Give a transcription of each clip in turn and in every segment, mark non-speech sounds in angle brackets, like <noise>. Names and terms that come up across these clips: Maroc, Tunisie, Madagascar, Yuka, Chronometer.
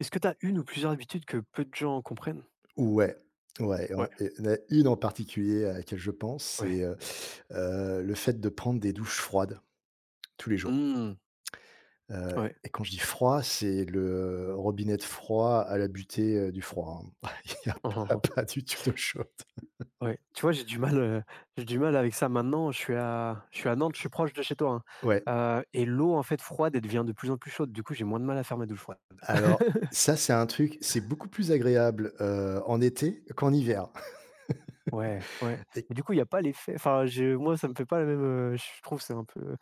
Est-ce que tu as une ou plusieurs habitudes que peu de gens comprennent? Ouais, ouais, il y en a Ouais, et il y en a une en particulier à laquelle je pense, ouais. c'est, le fait de prendre des douches froides tous les jours. Mmh, Heu ouais. et quand je dis froid, c'est le robinet de froid à la butée, du froid, hein. <laughs> Il y a <laughs> Mmh, mmh, pas mmh. pas du tout d'eau chaude. Ouais. Tu vois, j'ai du mal avec ça maintenant. Je suis à Nantes, je suis proche de chez toi, Ouais, hein, et l'eau, en fait, froide, elle devient de plus en plus chaude. Du coup, j'ai moins de mal à faire ma douche froide. alors <laughs> ça, c'est un truc, c'est beaucoup plus agréable, en été qu'en hiver. Ouais, ouais. Et Mais du coup, il y a pas l'effet, enfin, je moi, ça me fait pas la même, je trouve que c'est un peu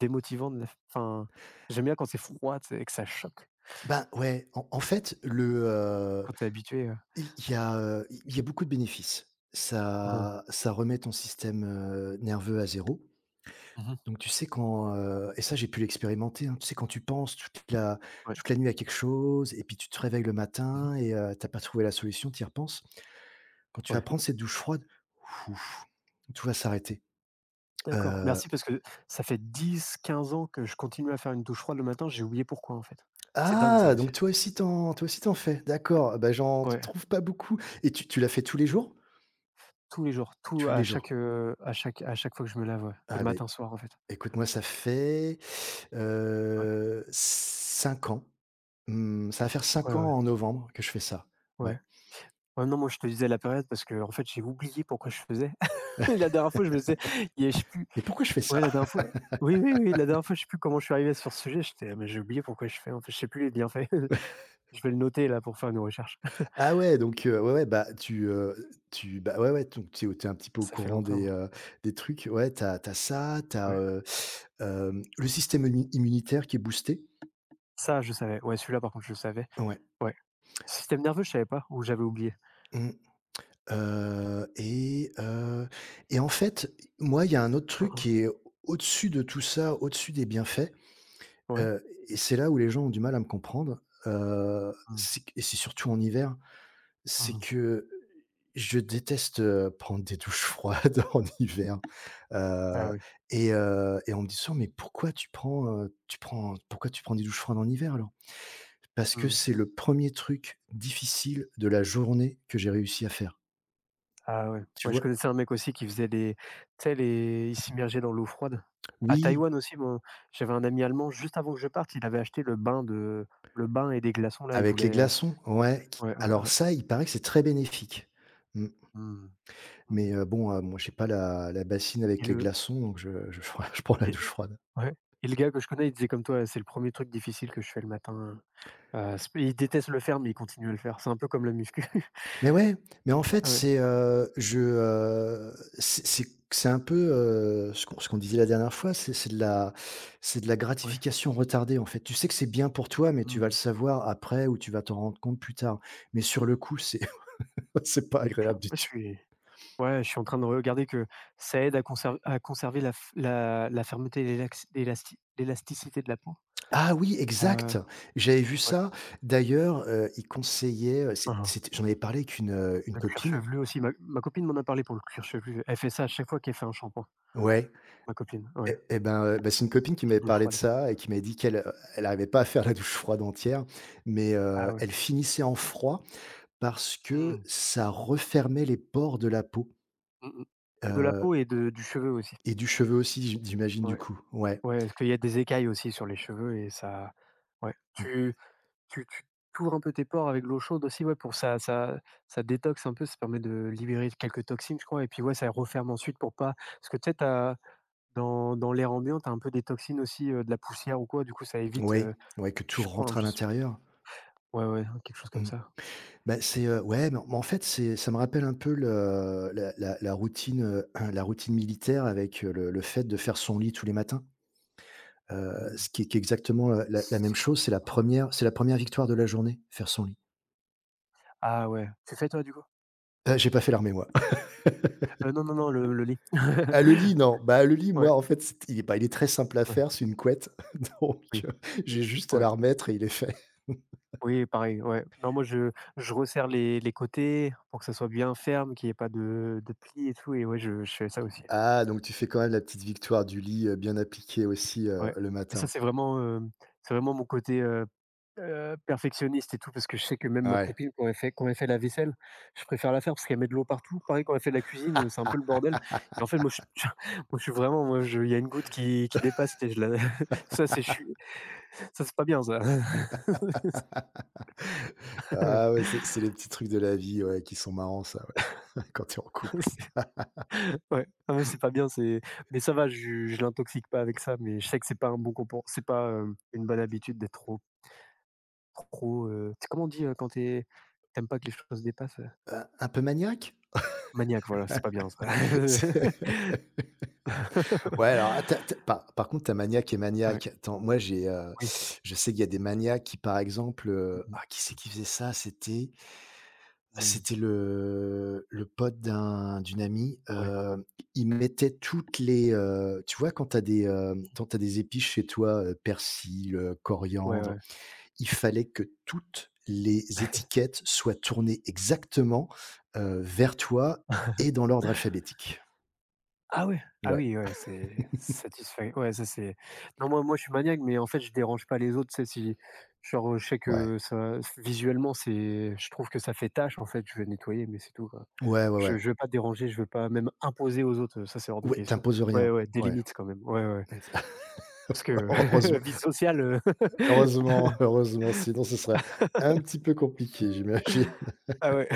démotivant, de la enfin, j'aime bien quand c'est froid, tu sais, et que ça choque, ben, ouais, en fait, quand t'es habitué. il y a, il y a beaucoup de bénéfices. Mmh mh. Ça remet ton système, nerveux à zéro. Mmh. Donc tu sais quand et ça j'ai pu l'expérimenter, hein, tu sais quand tu penses toute la Ouais. toute la nuit à quelque chose et puis tu te réveilles le Mmh. matin et tu pas trouvé la solution, tu y repenses. Quand tu vas Ouais. prendre cette douche froide, ouf, tout va s'arrêter. D'accord, Heu, merci parce que ça fait 10, 15 ans que je continue à faire une douche froide le matin, j'ai oublié pourquoi en fait. C'est dingue ça ah! aussi. Donc toi aussi t'en fais? D'accord, bah, j'en Ouais, trouve pas beaucoup et tu l'as fait tous les jours? tous les jours, tout Tous à les jours. chaque, à chaque à chaque fois que je me lave, ouais, le Ah ben matin, soir en fait. écoute moi ça fait, Ouais, 5 ans. Mmh, ça va faire ouais, cinq ans ouais, en novembre que je fais ça. Ouais. ouais. Ouais, non, moi je te disais la période parce que en fait, j'ai oublié pourquoi je faisais. <laughs> La dernière fois, je me disais, il y a je sais plus, Mais pourquoi je fais ça? ouais, la dernière fois, oui, oui, oui, la dernière fois, je sais plus comment je suis arrivé sur ce sujet, j'étais: ah, «Mais j'ai oublié pourquoi je fais en fait, je sais plus les bienfaits». <laughs> Je vais le noter là pour faire une recherche. Ah ouais, donc ouais, ouais, bah, tu, tu bah, ouais, ouais, donc tu es un petit <laughs> peu au Ça fait courant longtemps, des trucs. Ouais, t'as ça, ouais. Le système immunitaire qui est boosté. Ça, je savais. Ouais, celui-là, par contre, je le savais. Ouais. Ouais. Système nerveux, je savais pas ou j'avais oublié? Mmh. Heu et heu en fait, moi, il y a un autre Hein, truc hein. qui est au-dessus de tout ça, au-dessus des bienfaits, Ouais. heu et c'est là où les gens ont du mal à me comprendre, Mmh. c'est et c'est surtout en hiver. C'est Mmh. que je déteste, prendre des douches froides <laughs> en hiver, heu Ah oui. Et on me dit souvent: «Mais pourquoi tu prends, pourquoi tu prends des douches froides en hiver alors?» parce que Mmh. c'est le premier truc difficile de la journée que j'ai réussi à faire. Ah ouais. Tu Moi, je vois? connaissais un mec aussi qui faisait les tu sais, les il s'immergeait dans l'eau froide. À Oui, Taïwan aussi, mon j'avais un ami allemand juste avant que je parte, il avait acheté le bain et des glaçons là, il avec les voulait glaçons, ouais, qui ouais, ouais, alors ouais. ça, il paraît que c'est très bénéfique. Mmh, Mmh. Mmh mais mh. Bon, moi j'ai pas la bassine Et avec les le glaçons donc je <laughs> je prends la et douche froide. ouais, le gars que je connais, il disait comme toi: «C'est le premier truc difficile que je fais le matin». C'est Il déteste le faire, mais il continue à le faire. C'est un peu comme la muscu. <laughs> Mais ouais, mais en fait, Ouais. C'est c'est un peu, Mmh. Ce qu'on disait la dernière fois, c'est de la Ouais. gratification retardée, en fait. Tu sais que c'est bien pour toi, mais tu vas le Mmh. savoir après ou tu vas t'en rendre compte plus tard. Mais Mmh sur mh. le coup, c'est <laughs> c'est pas agréable du Moi, je tout. suis Ouais, je suis en train de regarder que ça aide à conserver la f la la fermeté et l'élasticité de la peau. Ah oui, Heu, exact! J'avais vu ouais. ça. D'ailleurs, il conseillait, Mmh. c'était j'en avais parlé avec une Le cuir copine. chevelu aussi, ma copine m'en a parlé pour le cuir chevelu. Elle fait ça à chaque fois qu'elle fait un shampoing, Ouais. ma copine, ouais. Eh ben, bah, c'est une copine qui m'avait Petite douche parlé de froide. ça et qui m'avait dit qu'elle, elle arrivait pas à faire la douche froide entière, mais, Ah ouais. elle finissait en froid parce que Mmh. ça refermait les pores de la peau, Mmh mh. De la heu peau et de du cheveu aussi. et du cheveu aussi j'imagine du Ouais. coup. Ouais, Ouais, parce qu'il y a des écailles aussi sur les cheveux et ça ouais. mmh, Tu t'ouvres un peu tes pores avec l'eau chaude aussi, ouais, pour ça détoxe un peu, ça permet de libérer quelques toxines, je crois et puis, ouais, ça referme ensuite pour pas parce que tu sais, tu dans dans l'air ambiant, tu as un peu des toxines aussi, de la poussière ou quoi, du coup ça évite, oui, ouais, que tout je crois, hein, rentre à je sais, l'intérieur. ouais, ouais, hein, quelque chose comme Mmh. ça. Bah, ouais, mais en fait, c'est ça me rappelle un peu le la la la routine militaire avec, le fait de faire son lit tous les matins. Mmh. Ce qui est exactement, la même chose, c'est la première victoire de la journée, faire son lit. Ah ouais. Tu fais toi, du coup? Ah, j'ai pas fait l'armée moi. <laughs> Non, non, non, le lit. Ah, le <laughs> lit, non. Bah, le lit, moi, Ouais, en fait, c'est il est pas il est très simple à ouais, faire, c'est une couette, <laughs> donc oui, j'ai juste à ouais, la remettre et il est fait. oui, pareil, ouais. Non, moi je resserre les côtés pour que ça soit bien ferme, qu'il y ait pas de plis et tout et ouais, je fais ça aussi. Ah, donc tu fais quand même la petite victoire du lit, bien appliquée aussi, Ouais. le Et ça, matin. c'est vraiment, c'est vraiment mon côté, perfectionniste et tout, parce que je sais que même ma Ouais. copine, quand elle fait la vaisselle, je préfère la faire parce qu'elle met de l'eau partout. Pareil, quand elle fait la cuisine, c'est un peu le bordel et en fait, moi, je <laughs> moi, je suis vraiment moi, je il y a une goutte qui dépasse et je la <laughs> ça, c'est je suis ça, c'est pas bien ça. <laughs> Ah <laughs> ouais, c'est les petits trucs de la vie, ouais, qui sont marrants ça, ouais, <laughs> quand tu es en couple. C'est ouais. Ah ouais, c'est pas bien, c'est mais ça va, je l'intoxique pas avec ça, mais je sais que c'est pas un bon comportement, c'est pas, une bonne habitude d'être trop trop, tu sais, comment on dit, quand tu es pas que les choses dépassent. Un peu maniaque? Maniaque, voilà, c'est pas bien ça. <laughs> Ouais, alors, ah, tu as <laughs> par contre, tu as maniaque et Ouais, maniaque. Attends, moi, j'ai, oui. je sais qu'il y a des maniaques qui, par exemple, Mmh mh. Qui c'est qui faisait ça? C'était Mmh. c'était le pote d'un d'une amie, Ouais, il mettait toutes les, tu vois, quand t'as des, hem, quand t'as des épices chez toi, persil, ouais, coriandre, ouais. il fallait que toutes les étiquettes soient tournées exactement, vers toi et dans l'ordre <laughs> alphabétique. Ah ouais? Ah Ouais, oui, ouais, c'est satisfait. Ouais, ça c'est non, moi je suis maniaque, mais en fait, je dérange pas les autres, tu sais, si genre, je sais ouais. que ça visuellement, c'est je trouve que ça fait tache, en fait, je vais nettoyer, mais c'est tout, quoi. Ouais, ouais, ouais. Je veux pas déranger, je veux pas même imposer aux autres, ça c'est hors de Ouais, question. tu rien. Ouais, ouais, des Ouais. limites quand même. Ouais, ouais, <laughs> parce que Heureusement <laughs> vie sociale, heureusement <laughs> heureusement, sinon ce serait un petit peu compliqué, j'imagine. ah ouais.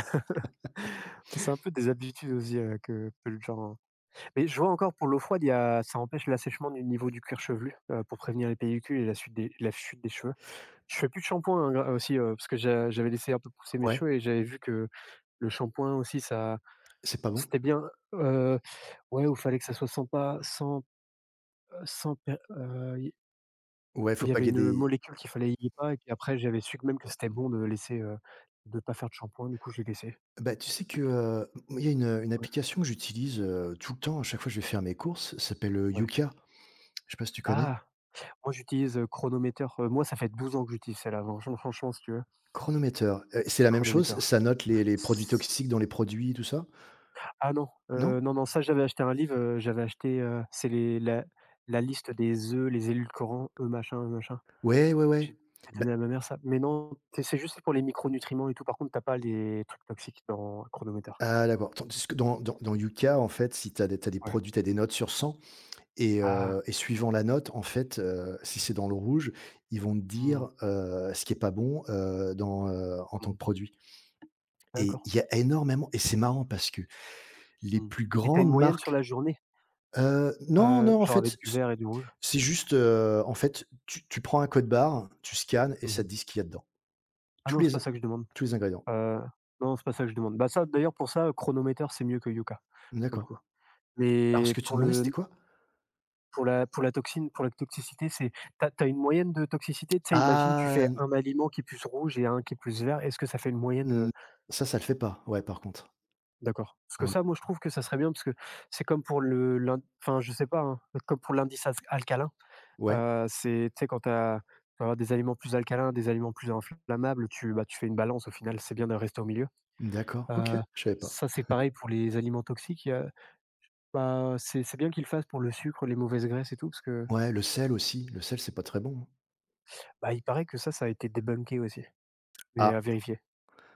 C'est un peu des habitudes aussi, que le gens mais je vois encore pour l'eau froide, il y a ça empêche l'assèchement du niveau du cuir chevelu, pour prévenir les pellicules et la chute des cheveux. Je fais plus de shampoing, hein, gra aussi, parce que j'avais laissé un peu pousser mes Ouais, cheveux et j'avais vu que le shampoing aussi ça c'est pas bon? c'était bien, heu, ouais, où fallait que ça soit sans pas sans, sans per Ouais, faut il y pas avait qu'il y une ait des molécule qu'il fallait y pas et puis après j'avais su que même que c'était bon de laisser, de pas faire de shampoing, du coup j'ai laissé. bah, tu sais que, il y a une Ouais, application que j'utilise, tout le temps à chaque fois que je vais faire mes courses, ça s'appelle, ouais. Yuka. Je sais pas si tu connais? Ah! Moi, j'utilise, Chronometer, moi, ça fait 12 ans que j'utilise celle-là, franchement franchement, si tu veux, Chronometer, c'est la même chose, Chronometer. ça note les produits toxiques dans les produits, tout ça? Ah non, Non? non, non, ça, j'avais acheté un livre, j'avais acheté, c'est les la la liste des œufs, les édulcorants, œufs machin, œufs machin. Ouais, ouais, ouais. J'ai j'ai Bah donné à ma mère ça, mais non, c'est juste pour les micronutriments et tout, par contre, t'as pas les trucs toxiques dans Chronometer. ah d'accord, tandis que dans Yuka, en fait, si tu as des tu des Ouais. produits, tu as des notes sur 100. Ah! Et suivant la note, en fait, si c'est dans le rouge, ils vont te Mmh. dire, ce qui est pas bon, en tant que Mmh. produit et D'accord. il y a énormément et c'est marrant parce que les Mmh plus et t'as une grandes moyenne sur marques la journée? Non, non, en Genre fait, avec du c vert et du rouge? c'est juste, en fait, tu prends un code barre, tu scannes et ça Mmh te dit ce qu'il y a dedans. Ah Tous non, c'est les pas ça que je demande. tous les ingrédients. Heu, non, c'est pas ça que je demande. Bah, ça d'ailleurs pour ça, chronomètre c'est mieux que Yuka, pour le D'accord. coup. Alors ce Mais que tu demandais, c'était quoi? Pour la toxine, pour la toxicité, c'est t'as as une moyenne de toxicité? Tu sais, imagine, tu Ah fais un aliment qui est plus rouge et un qui est plus vert, est-ce que ça fait une moyenne, n heu? ça, ça le fait pas, ouais, par contre. D'accord. Parce que Ouais. ça, moi, je trouve que ça serait bien parce que c'est comme pour le l'in enfin, je sais pas, hein, comme pour l'indice as alcalin, Ouais. heu, c'est tu sais, quand t'as, tu vas avoir des aliments plus alcalins, des aliments plus inflammables, tu bah, tu fais une balance au final, c'est bien de rester au milieu. D'accord, OK, Heu, je savais pas. Ça, c'est pareil pour les aliments toxiques, bah, c'est bien qu'ils le fassent pour le sucre, les mauvaises graisses et tout parce que, Ouais, le sel aussi, le sel, c'est pas très bon, hein. bah, il paraît que ça a été débunké aussi, mais Ah, à vérifier.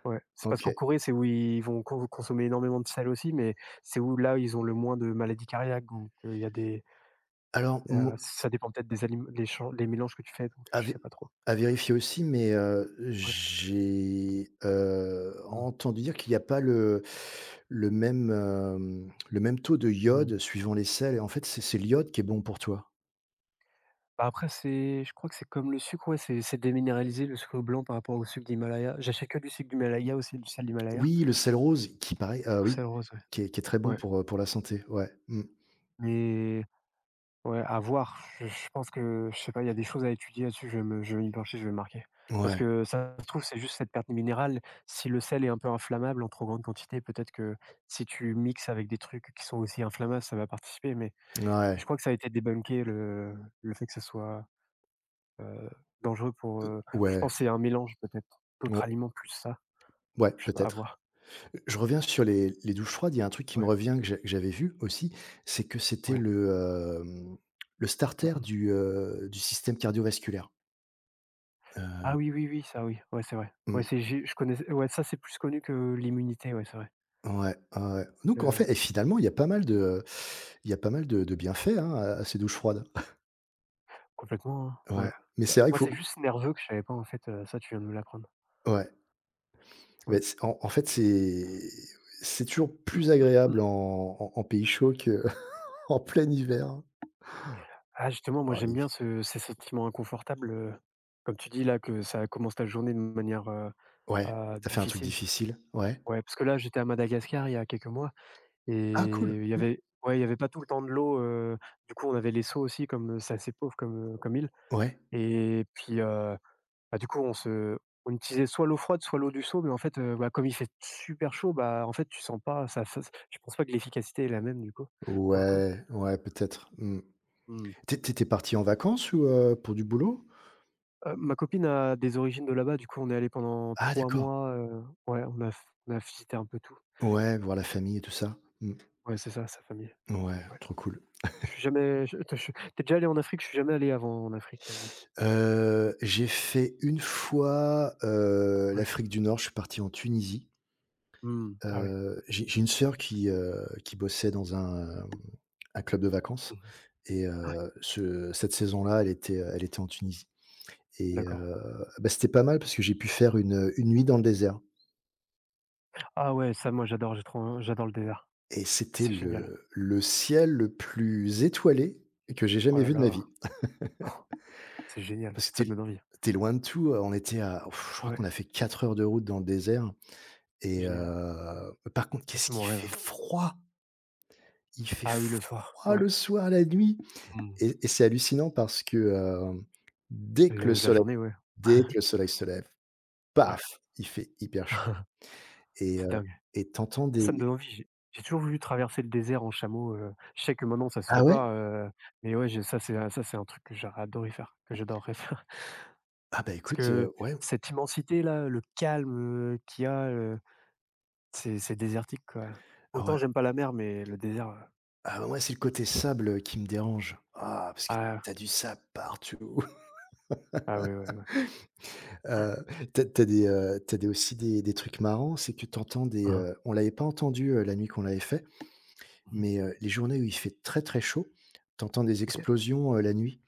Ouais, c'est parce qu'en OK. Corée, c'est où ils vont consommer énormément de sel aussi, mais c'est où là, ils ont le moins de maladies cardiaques donc, Alors il y a mo ça dépend peut-être des aliments, les mélanges que tu fais donc à je vé sais pas trop. à vérifier aussi, mais, Ouais. j'ai, Mmh. entendu dire qu'il n'y a pas le même, le même taux de iode Mmh. suivant les sels et en fait, c'est l'iode qui est bon pour toi. Bah, après c'est je crois que c'est comme le sucre, ouais, c'est déminéralisé le sucre blanc par rapport au sucre d'Himalaya. J'achète que du sucre d'Himalaya aussi, du sel d'Himalaya. Oui, le sel rose qui paraît, Sel oui, rose, ouais. qui est très bon Ouais. Pour la santé. Ouais. Mmh. Mais ouais, à voir. Je pense que, je sais pas, il y a des choses à étudier là-dessus, je vais m'y pencher, je vais le marquer. Parce Ouais. que ça se trouve, c'est juste cette perte de minérales. Si le sel est un peu inflammable en trop grande quantité, peut-être que si tu mixes avec des trucs qui sont aussi inflammables, ça va participer. Mais je Ouais. crois que ça a été débunké le fait que ça soit, heu, dangereux pour, je Ouais. pense que c'est un mélange peut-être d'autres Ou aliments plus ça, ouais, je sais pas, à peut-être. voir. Je reviens sur les douches froides, il y a un truc qui me Ouais, revient que j'avais vu aussi, c'est que c'était ouais. le, hem, le Mmh starter mh. Du système cardiovasculaire. Ah Heu, oui, oui, oui, ça oui, ouais, c'est vrai. Ouais, mmh, c'est j'ai je connais, ouais, ça c'est plus connu que l'immunité, ouais, c'est vrai. ouais, ouais, ouais. Donc en fait et finalement, il y a pas mal de bienfaits, hein, à ces douches froides. Complètement, hein, ouais. Ouais, mais Bah, c'est vrai qu'il moi, faut c'est juste nerveux que je savais pas, en fait, ça, tu viens de me l'apprendre. ouais, Ouais. mais c'est en fait, c'est toujours plus Hmm. agréable en pays chaud que <laughs> en plein hiver. Ah, justement, moi, Oh j'aime les vi bien ce ces sentiments inconfortables, comme tu dis, là, que ça commence ta journée de manière, heu, ouais, heu, T'as fait un truc difficile. difficile? Ouais. Ouais, parce que là, j'étais à Madagascar il y a quelques mois Ah cool! et il y Mmh, avait ouais, il y avait pas tout le temps de l'eau, du coup, on avait les seaux aussi comme, c'est assez pauvre comme, comme île ouais. et puis, bah, du coup, on utilisait soit l'eau froide, soit l'eau du seau, mais en fait, bah, comme il fait super chaud, bah, en fait, tu sens pas ça. Je pense pas que l'efficacité est la même du coup, pour le coup. Ouais, ouais, peut-être. Mmh. Mmh. Tu parti en vacances ou, pour du boulot? Ma copine a des origines de là-bas, du coup, on est allé pendant Ah 3 d'accord. mois, ouais, on a visité un peu tout. Ouais, voir la famille et tout ça. Mmh. Ouais, c'est ça, sa famille, Ouais, ouais. trop cool. Je suis jamais je je Tu déjà allé en Afrique? Je suis jamais allé avant en Afrique, J'ai fait une fois, ouais. l'Afrique du Nord, je suis parti en Tunisie. Mmh. Ah oui. J'ai une sœur qui bossait dans un, hem, un club de vacances Mmh. et Ouais, ce cette saison-là, elle était en Tunisie et d'accord. Bah, c'était pas mal parce que j'ai pu faire une nuit dans le désert. Ah ouais, ça, moi, j'adore, j'adore le désert. Et c'était C'est génial. le ciel le plus étoilé que j'ai Oh jamais là vu de ma là, vie. c'est génial, Parce que ça me donne envie. t'es es loin de tout, on était à ouf, je crois Ouais, qu'on a fait 4 heures de route dans le désert c'est et génial. Par contre, Ça, qu'est-ce c'est mon qu'il fait rêve. froid! Il fait Ah oui, le soir, froid ouais. le soir, la nuit Mmh. Et c'est hallucinant parce que, dès que le Le La soleil journée, ouais. dès que <laughs> le soleil se lève, Ouais, paf! Il fait hyper chaud et c'est heu dingue. et t'entends Ça me des donne envie. J'ai toujours voulu traverser le désert en chameau, je sais que maintenant ça se fait ah ouais? pas, mais ouais, j'ai ça c'est un truc que j'aurais adoré faire, que j'adorerais <laughs> faire. Ah bah, Parce écoute, que ouais, cette immensité-là, le calme, qu'il y a, c'est désertique, quoi. Autant ouais. j'aime pas la mer, mais le désert, Ah bah, moi, c'est le côté sable qui me dérange. Ah, parce que ah t'as du sable partout. ah ouais, ouais, ouais. <laughs> Heu, tu as des, tu des aussi des trucs marrants, c'est que t'entends des, Hein hein. On l'avait pas entendu, la nuit qu'on l'avait fait, Mmh. mais, les journées où il fait très, très chaud, t'entends des OK. explosions, la nuit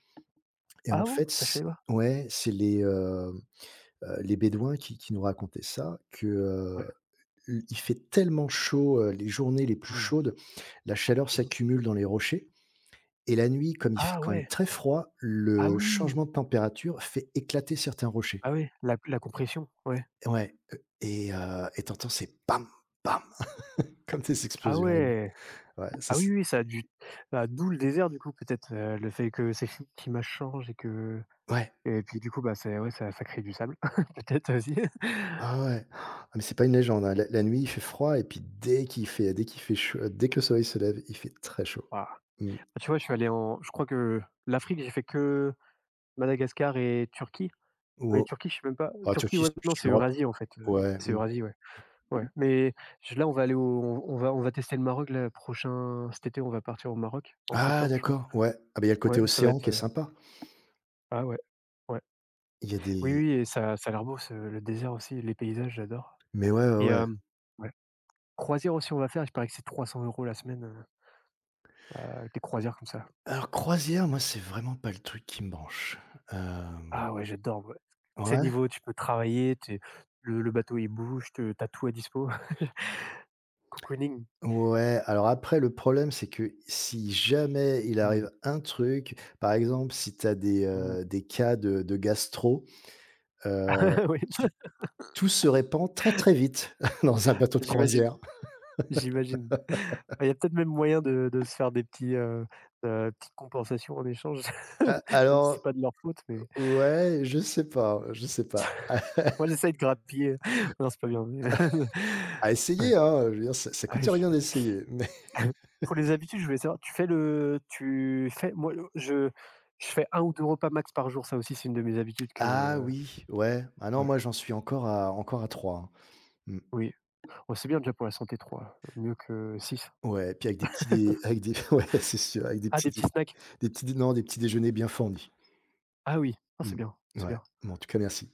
et en Ah bon? fait, Ça, je c savais pas. ouais, c'est les, les bédouins qui nous racontaient ça que, Ouais. Il fait tellement chaud, les journées les plus Mmh. chaudes, la chaleur Mmh. s'accumule dans les rochers. Et la nuit, comme il fait Ah quand même ouais! très froid, Ah le oui! changement de température fait éclater certains rochers. Ah ouais, la compression, ouais. Ouais, et tu entends ces «bam, bam» comme des Ah explosions, ouais. ouais! Ouais, ça Ah oui, c'est oui, ça a dû bah, d'où le désert du coup peut-être, le fait que c'est le climat change et que ouais, et puis du coup, bah, c'est ouais, ça crée du sable <laughs> peut-être aussi. ah ouais. Ah mais c'est pas une légende, hein. La nuit, il fait froid et puis dès qu'il fait chaud dès que le soleil se lève, il fait très chaud. Waouh! Ah, Mmh. tu vois, je suis allé en je crois que l'Afrique, j'ai fait que Madagascar et Turquie, Ou, mais heu, Turquie, je sais même pas ah Turquie, Turquie, ouais, c'est non, plus c'est l'Europe. Eurasie en fait, Ouais, c'est mmh. Eurasie, ouais, ouais, mais je là, on va aller au on va tester le Maroc là, prochain cet été, on va partir au Maroc en Ah septembre, je pense. d'accord, ouais. Ah bah, il y a le côté Ouais, ça va océan être, qui est sympa. ah ouais, ouais. Il y a Oui, des oui et ça a l'air beau ce le désert aussi, les paysages, j'adore mais ouais, ouais, et ouais. Ouais. Croisière aussi, on va faire, je paraît que c'est 300 € la semaine, des croisières comme ça. Alors croisière, moi, c'est vraiment pas le truc qui me branche. Hem Ah ouais, j'adore moi. Tu Ouais, Niveau tu peux travailler, tu le bateau il bouge, te tu tout à dispo. <laughs> Cocooning. ouais, alors après le problème, c'est que si jamais il Mmh, arrive un truc, par exemple, si tu as mmh. Des cas de gastro, heu, <laughs> Oui, tu tout se répand très, très vite <laughs> dans un bateau de j'imagine, croisière. j'imagine. Il y a peut-être même moyen de se faire des petits, petites compensations en échange, A <laughs> même si alors c'est pas de leur faute mais ouais, je sais pas, je sais pas. <laughs> moi j'essaye de grappiller. <laughs> Non, c'est pas bien mais À <laughs> ouais. essayer, hein, je veux dire ça ça coûte Ouais. rien d'essayer, mais Pour les habitudes, je voulais savoir, tu fais moi, je fais un ou 2 repas max par jour, ça aussi, c'est une de mes habitudes <laughs> ah que oui, ouais, ah non, ouais, moi j'en suis encore à 3. Hein. Mmh, oui. Oh, c'est bien déjà pour la santé 3, mieux que 6. ouais, puis avec des petits dé avec des <laughs> ouais, c'est sûr, avec Ah, des petits snacks? des petits dé non, des petits déjeuners bien fournis. Ah oui, ah, c'est Mmh. bien, c'est Ouais, bien. bon en tout cas merci.